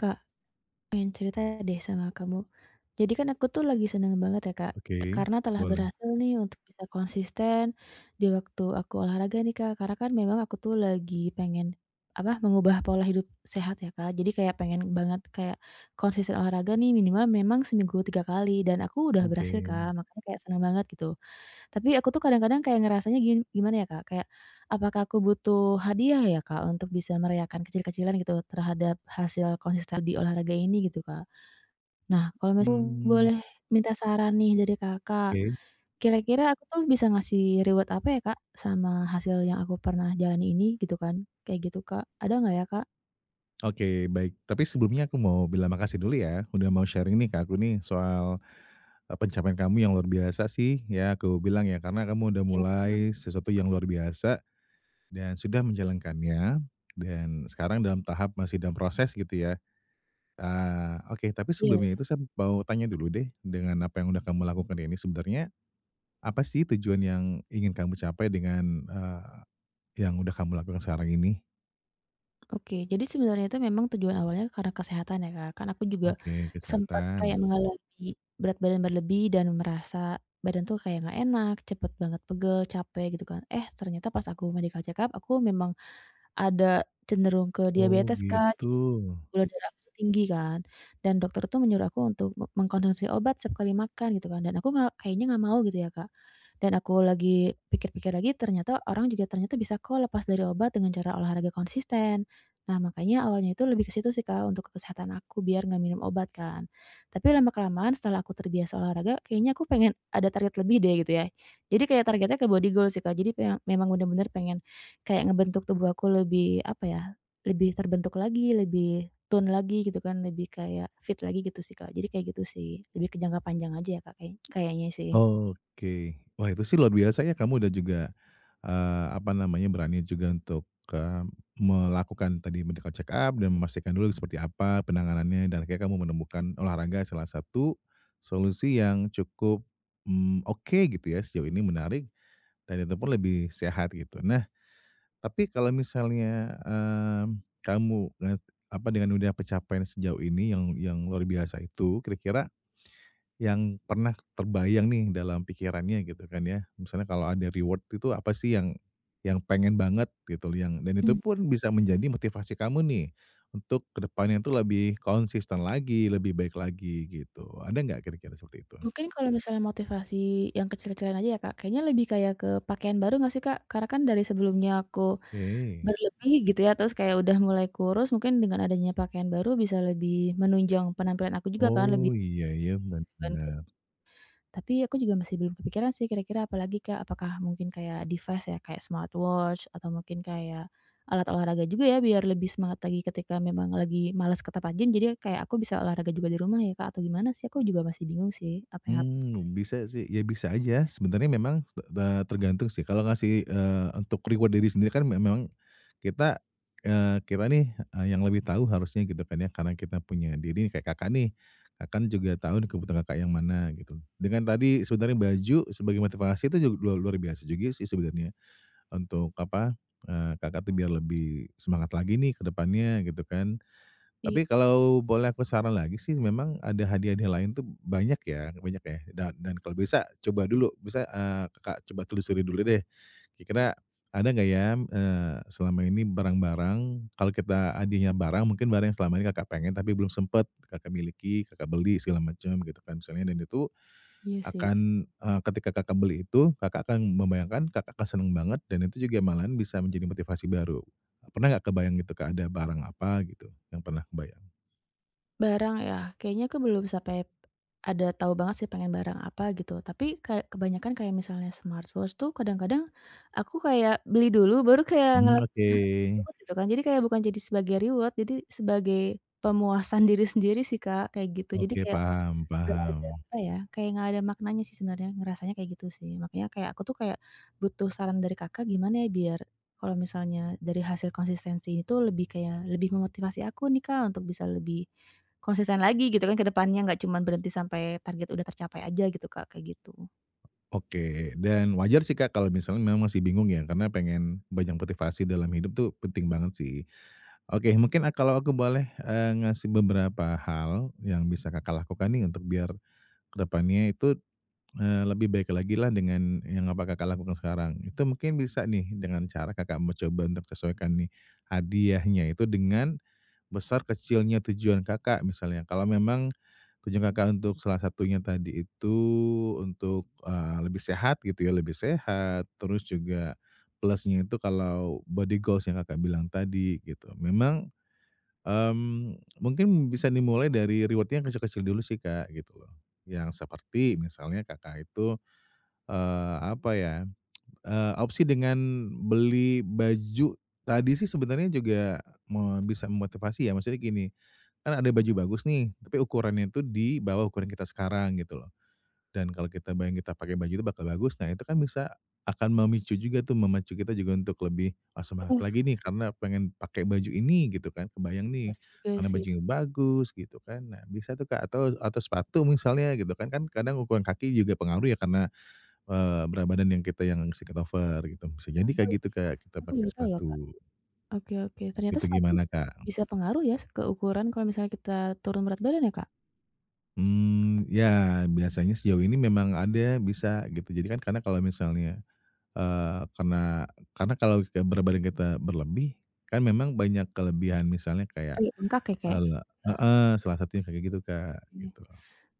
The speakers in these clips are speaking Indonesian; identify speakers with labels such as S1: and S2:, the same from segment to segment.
S1: Kak, pengen cerita deh sama kamu. Jadi kan aku tuh lagi seneng banget ya Kak,
S2: Oke,
S1: karena telah
S2: boleh.
S1: berhasil nih untuk bisa konsisten di waktu aku olahraga nih Kak, karena kan memang aku tuh lagi pengen, apa, mengubah pola hidup sehat ya Kak, jadi kayak pengen banget kayak konsisten olahraga nih minimal memang seminggu 3 kali dan aku udah berhasil
S2: Oke,
S1: Kak, makanya kayak seneng banget gitu. Tapi aku tuh kadang-kadang kayak ngerasanya gimana ya Kak, kayak apakah aku butuh hadiah ya Kak untuk bisa merayakan kecil-kecilan gitu terhadap hasil konsisten di olahraga ini gitu Kak. Nah kalau mis
S2: mmm,
S1: boleh minta saran nih dari Kakak,
S2: oke
S1: kira-kira aku tuh bisa ngasih reward apa ya Kak sama hasil yang aku pernah jalani ini gitu kan, kayak gitu Kak, ada nggak ya Kak?
S2: oke, baik. Tapi sebelumnya aku mau bilang makasih dulu ya, udah mau sharing nih ke aku nih soal, pencapaian kamu yang luar biasa sih ya aku bilang ya, karena kamu udah
S1: Iya,
S2: mulai
S1: mmm,
S2: sesuatu yang luar biasa dan sudah menjalankannya dan sekarang dalam tahap masih dalam proses gitu ya. Ah, oke, tapi
S1: iya.
S2: sebelumnya itu saya mau tanya dulu deh, dengan apa yang udah kamu lakukan ini sebenarnya apa sih tujuan yang ingin kamu capai dengan, yang udah kamu lakukan sekarang ini?
S1: Oke, jadi sebenarnya itu memang tujuan awalnya karena kesehatan ya, Kak? Kan aku juga
S2: Oke,
S1: sempat
S2: kesehatan.
S1: kayak mengalami berat badan berlebih dan merasa badan tuh kayak nggak enak, cepet banget pegel, capek gitu kan. Eh, ternyata pas aku medical check up, aku memang ada cenderung ke
S2: Oh,
S1: diabetes, Kak.
S2: gitu.
S1: Jadi gula darah aku tuh tinggi kan, dan dokter tuh menyuruh aku untuk mengkonsumsi obat setiap kali makan gitu kan, dan aku nggak kayaknya nggak mau gitu ya, Kak. Dan aku lagi pikir-pikir lagi ternyata orang juga ternyata bisa kok lepas dari obat dengan cara olahraga konsisten. Nah makanya awalnya itu lebih ke situ sih, Kak, untuk kesehatan aku biar nggak minum obat kan. Tapi lama-kelamaan setelah aku terbiasa olahraga kayaknya aku pengen ada target lebih deh gitu ya. Jadi kayak targetnya ke body goal sih, Kak, jadi memang bener-bener pengen kayak ngebentuk tubuh aku lebih, apa ya, lebih terbentuk lagi, lebih tone lagi gitu kan, lebih kayak fit lagi gitu sih, Kak. Jadi kayak gitu sih, lebih ke jangka panjang aja ya, Kak, kayaknya sih.
S2: Oke. Wah, itu sih luar biasa ya kamu udah juga, apa namanya, berani juga untuk, eee, melakukan tadi medical check up dan memastikan dulu seperti apa penanganannya dan akhirnya kamu menemukan olahraga salah satu solusi yang cukup, oke gitu ya sejauh ini menarik dan itu pun lebih sehat gitu. Nah, tapi kalau misalnya, kamu apa, dengan udah pencapaian sejauh ini yang luar biasa itu, kira-kira yang pernah terbayang nih dalam pikirannya gitu kan ya, misalnya kalau ada reward itu apa sih yang pengen banget gitu loh, yang dan itu
S1: Mmm.
S2: pun bisa menjadi motivasi kamu nih untuk kedepannya itu lebih konsisten lagi, lebih baik lagi gitu. Ada nggak kira-kira seperti itu?
S1: Mungkin kalau misalnya motivasi yang kecil-kecilan aja ya, Kak, kayaknya lebih kayak ke pakaian baru nggak sih, Kak? Karena kan dari sebelumnya aku
S2: Oke.
S1: berlebih gitu ya, terus kayak udah mulai kurus, mungkin dengan adanya pakaian baru bisa lebih menunjang penampilan aku juga kan, lebih
S2: Oh, iya iya,
S1: gitu kan.
S2: benar.
S1: Tapi aku juga masih belum kepikiran sih kira-kira apalagi Kak, apakah mungkin kayak device ya, kayak smartwatch atau mungkin kayak alat olahraga juga ya biar lebih semangat lagi ketika memang lagi malas ke tempat gym, jadi kayak aku bisa olahraga juga di rumah ya, Kak, atau gimana sih? Aku juga masih bingung sih apa yang harus
S2: Bisa sih, ya bisa aja. Sebenarnya memang tergantung sih kalau ngasih, untuk reward diri sendiri kan memang kita, kita nih, yang lebih tahu harusnya gitu kan ya, karena kita punya diri kayak Kakak nih, Kakak kan juga tahu nih kebutuhan Kakak yang mana gitu. Dengan tadi sebenarnya baju sebagai motivasi itu juga luar luar biasa juga sih sebenarnya untuk apa, Kakak tuh biar lebih semangat lagi nih ke depannya gitu kan.
S1: iya.
S2: Tapi kalau boleh aku saran lagi sih memang ada hadiah-hadiah lain tuh banyak ya dan kalau bisa coba dulu bisa, Kakak coba telusuri dulu deh kira-kira ada nggak ya, selama ini barang-barang kalau kita hadiahnya barang mungkin barang yang selama ini Kakak pengen tapi belum sempet Kakak miliki, Kakak beli segala macam gitu kan misalnya dan itu
S1: Iya sih.
S2: akan, ketika Kakak beli itu Kakak akan membayangkan Kakak akan seneng banget dan itu juga malahan bisa menjadi motivasi baru. Pernah nggak kebayang gitu Kak ada barang apa gitu yang pernah.
S1: Barang ya? Kayaknya aku belum sampai ada tahu banget sih pengen barang apa gitu, tapi kayak kebanyakan kayak misalnya smartwatch tuh kadang-kadang aku kayak beli dulu baru kayak
S2: Mmm,
S1: ngelakuin
S2: oke.
S1: hal tersebut gitu kan. Jadi kayak bukan jadi sebagai reward, jadi sebagai pemuasan diri sendiri sih Kak, kayak gitu. Jadi
S2: Oke,
S1: kayak
S2: paham
S1: nggak ada,
S2: paham.
S1: apa ya, kayak nggak ada maknanya sih sebenarnya, ngerasanya kayak gitu sih. Makanya kayak aku tuh kayak butuh saran dari Kakak gimana ya biar kalau misalnya dari hasil konsistensi itu lebih kayak lebih memotivasi aku nih, Kak, untuk bisa lebih konsisten lagi gitu kan ke depannya, nggak cuman berhenti sampai target udah tercapai aja gitu, Kak, kayak gitu.
S2: Oke, dan wajar sih, Kak, kalau misalnya memang masih bingung ya, karena pengen banyak motivasi dalam hidup tuh penting banget sih. Oke, mungkin kalau aku boleh, ngasih beberapa hal yang bisa Kakak lakukan nih untuk biar ke depannya itu, lebih baik lagi lah dengan yang apa Kakak lakukan sekarang. Itu mungkin bisa nih dengan cara Kakak mencoba untuk sesuaikan nih hadiahnya itu dengan besar kecilnya tujuan Kakak misalnya, kalau memang tujuan Kakak untuk salah satunya tadi itu untuk, lebih sehat gitu ya, lebih sehat, terus juga plusnya itu kalau body goals yang Kakak bilang tadi gitu. Memang, mungkin bisa dimulai dari rewardnya yang kecil-kecil dulu sih Kak, gitu loh. Yang seperti misalnya Kakak itu, apa ya. Opsi dengan beli baju tadi sih sebenarnya juga bisa memotivasi ya, maksudnya gini, kan ada baju bagus nih, tapi ukurannya itu di bawah ukuran kita sekarang gitu loh. Dan kalau kita bayang kita pakai baju itu bakal bagus, nah itu kan bisa akan memicu juga tuh, memacu kita juga untuk lebih, "Ah, semangat
S1: Oh,
S2: lagi nih karena pengen pakai baju ini," gitu kan, kebayang
S1: bener
S2: nih,
S1: juga
S2: karena
S1: sih.
S2: bajunya bagus gitu kan. Nah bisa tuh Kak, atau sepatu misalnya gitu kan, kan kadang ukuran kaki juga pengaruh ya karena berat badan yang kita yang sedikit over gitu, bisa jadi
S1: Oh,
S2: kayak gitu, Kak, kita
S1: aku
S2: pakai
S1: baru tahu loh, Kak.
S2: sepatu.
S1: Oke oke, ternyata
S2: Itu
S1: sepatu
S2: gimana, Kak?
S1: bisa pengaruh ya ke ukuran kalau misalnya kita turun berat badan ya, Kak?
S2: Ya biasanya sejauh ini memang ada bisa gitu, jadi kan karena kalau misalnya, eee, karena karena kalau ke berat badan kita berlebih, kan memang banyak kelebihan misalnya kayak,
S1: Agak bengkak ya, kayak?
S2: eee heeh, salah satunya kayak gitu, Kak, gitu.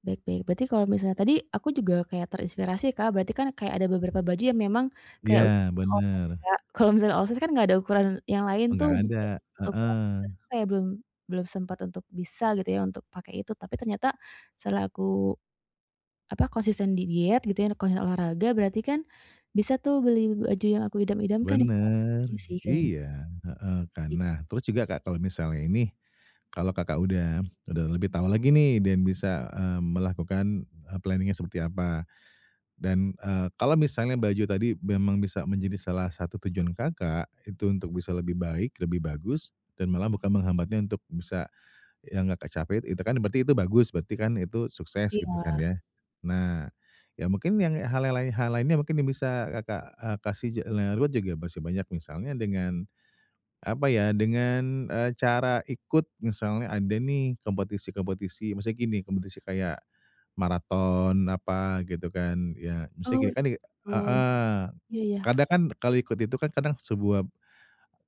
S1: Baik baik. Berarti kalau misalnya tadi aku juga kayak terinspirasi, Kak, berarti kan kayak ada beberapa baju yang memang kayak
S2: Iya
S1: ukurannya oversize
S2: bener,
S1: ya, Kak. Kalau misalnya oversize kan nggak ada ukuran yang lain tuh,
S2: enggak
S1: jadi
S2: ada,
S1: kayak cuma satu ukuran aja.
S2: heeh.
S1: Aku kayak belum belum sempat untuk bisa gitu ya, untuk pakai itu, tapi ternyata setelah aku, apa, konsisten di diet gitu ya, konsisten olahraga, berarti kan bisa tuh beli baju yang aku idam-idamkan ya, Kak.
S2: Bener,
S1: Oke sih kayaknya
S2: iya, heeh kan. Nah, terus juga Kak, kalau misalnya ini, kalau Kakak udah lebih tahu lagi nih dan bisa, melakukan, planning-nya seperti apa dan, kalau misalnya baju tadi memang bisa menjadi salah satu tujuan Kakak, itu untuk bisa lebih baik, lebih bagus dan malah bukan menghambatnya untuk bisa yang nggak capek, itu kan berarti itu bagus, berarti kan itu sukses gitu
S1: iya.
S2: kan ya. Nah, ya mungkin yang hal yang lain hal lainnya mungkin yang bisa Kakak, kasih juga masih banyak misalnya dengan apa ya, dengan, cara ikut misalnya ada nih kompetisi-kompetisi, maksudnya gini, kompetisi kayak maraton apa gitu kan, ya misalnya
S1: Oh,
S2: gini kan
S1: gitu.
S2: heeh,
S1: Iya ya
S2: kadang kan kalau ikut itu kan kadang sebuah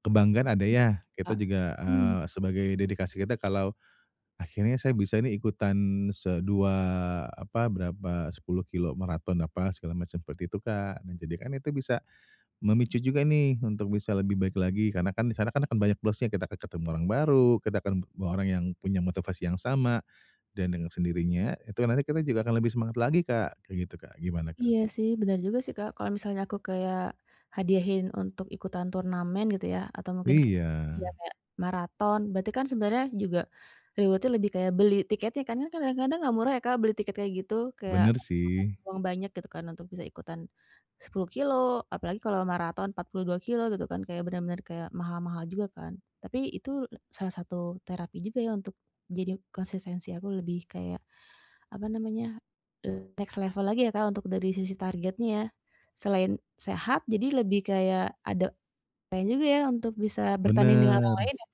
S2: kebanggaan ada ya, kita
S1: Kak.
S2: juga,
S1: Mmm.
S2: sebagai dedikasi kita kalau akhirnya saya bisa nih ikutan se dua apa, berapa 10 kilo maraton apa segala macam seperti itu, Kak. Nah, jadi kan itu bisa memicu juga nih untuk bisa lebih baik lagi karena kan di sana kan akan banyak plusnya, kita akan ketemu orang baru, kita akan ketemu orang yang punya motivasi yang sama dan dengan sendirinya itu kan nanti kita juga akan lebih semangat lagi, Kak, kayak gitu, Kak. Gimana, Kak?
S1: Iya sih, benar juga sih, Kak. Kalau misalnya aku kayak hadiahin untuk ikutan turnamen gitu ya, atau mungkin kayak tadi
S2: Iya,
S1: ya, kayak maraton, berarti kan sebenarnya juga rewardnya lebih kayak beli tiketnya kan, kan kadang-kadang nggak murah ya, Kak, beli tiket kayak gitu, kayak
S2: bener
S1: harus
S2: sih.
S1: ngeluarin uang banyak gitu kan untuk bisa ikutan 10 kilo, apalagi kalau maraton 42 kilo gitu kan, kayak benar-benar kayak mahal-mahal juga kan. Tapi itu salah satu terapi juga ya untuk jadi konsistensi aku lebih kayak, apa namanya, next level lagi ya, Kak, untuk dari sisi targetnya ya. Selain sehat, jadi lebih kayak ada upaya juga ya untuk bisa bertanding dengan orang
S2: Bener,
S1: lain ya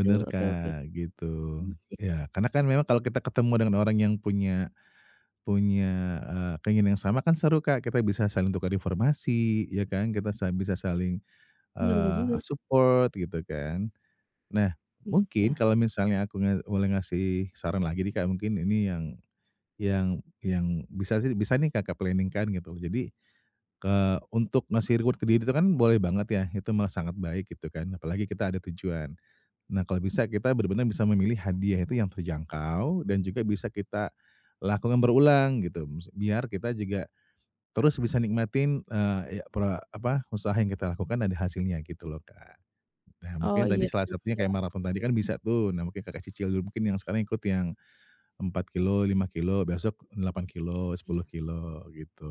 S1: gitu. Oke oke,
S2: Kak, gitu.
S1: bener sih.
S2: Ya, karena kan memang kalau kita ketemu dengan orang yang punya Punya, keinginan yang sama kan seru, Kak, kita bisa saling tukar informasi, ya kan, kita bisa saling,
S1: Iya bener juga
S2: support gitu kan. Nah,
S1: sih, iya.
S2: mungkin kalau misalnya aku boleh ngasih saran lagi nih, Kak, mungkin ini yang bisa sih bisa nih Kakak planning-kan gitu. Jadi, untuk ngasih reward ke diri itu kan boleh banget ya, itu malah sangat baik gitu kan, apalagi kita ada tujuan. Nah, kalau bisa kita benar-benar bisa memilih hadiah itu yang terjangkau dan juga bisa kita lakukan berulang gitu, biar kita juga terus bisa nikmatin, ya apa, usaha yang kita lakukan ada hasilnya gitu loh, Kak. Nah,
S1: Oh
S2: mungkin tadi
S1: iya sih,
S2: salah
S1: jadi
S2: satunya
S1: ya
S2: kayak maraton tadi kan bisa tuh, nah mungkin Kakak cicil dulu, mungkin yang sekarang ikut yang 4 kilo 5 kilo besok 8 kilo 10 kilo gitu.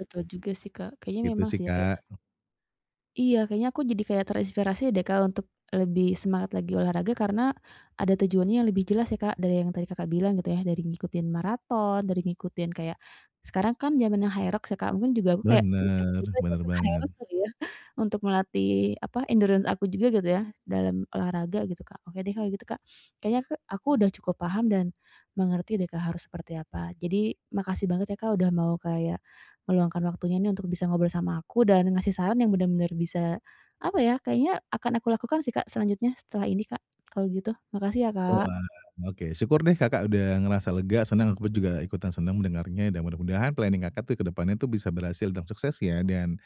S1: betul juga sih, Kak. Kayaknya
S2: Itu
S1: memang
S2: sih,
S1: sih ya kayak
S2: Kak.
S1: iya, kayaknya aku jadi kayak terinspirasi deh, Kak, untuk lebih semangat lagi olahraga karena ada tujuannya yang lebih jelas ya, Kak, dari yang tadi Kakak bilang gitu ya, dari ngikutin maraton, dari ngikutin kayak sekarang kan zamannya HYROX ya, Kak, mungkin juga aku kayak
S2: Bener,
S1: mencoba-coba aja
S2: bener
S1: untuk
S2: banget.
S1: HYROX kali ya, untuk melatih apa, endurance aku juga gitu ya, dalam olahraga gitu, Kak. Oke deh kalau gitu, Kak. Kayaknya aku udah cukup paham dan mengerti deh, Kak, harus seperti apa. Jadi makasih banget ya, Kak, udah mau kayak meluangkan waktunya nih untuk bisa ngobrol sama aku dan ngasih saran yang benar-benar bisa, apa ya, kayaknya akan aku lakukan sih, Kak, selanjutnya setelah ini, Kak, kalau gitu. Makasih ya, Kak.
S2: Wah, oke. Syukur deh Kakak udah ngerasa lega, senang, aku pun juga ikutan senang mendengarnya dan mudah-mudahan planning Kakak tuh ke depannya tuh bisa berhasil dan sukses ya dan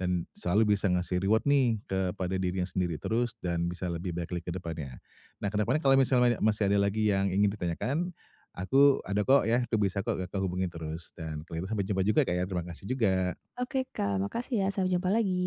S2: dan selalu bisa ngasih reward nih kepada dirinya sendiri terus dan bisa lebih baik lagi ke depannya. Nah, ke depannya kalau misalnya masih ada lagi yang ingin ditanyakan, aku ada kok ya, aku bisa kok Kakak hubungin terus dan kalau itu sampai jumpa juga Kak ya, terima kasih juga.
S1: Oke, Kak, makasih ya, sampai jumpa lagi.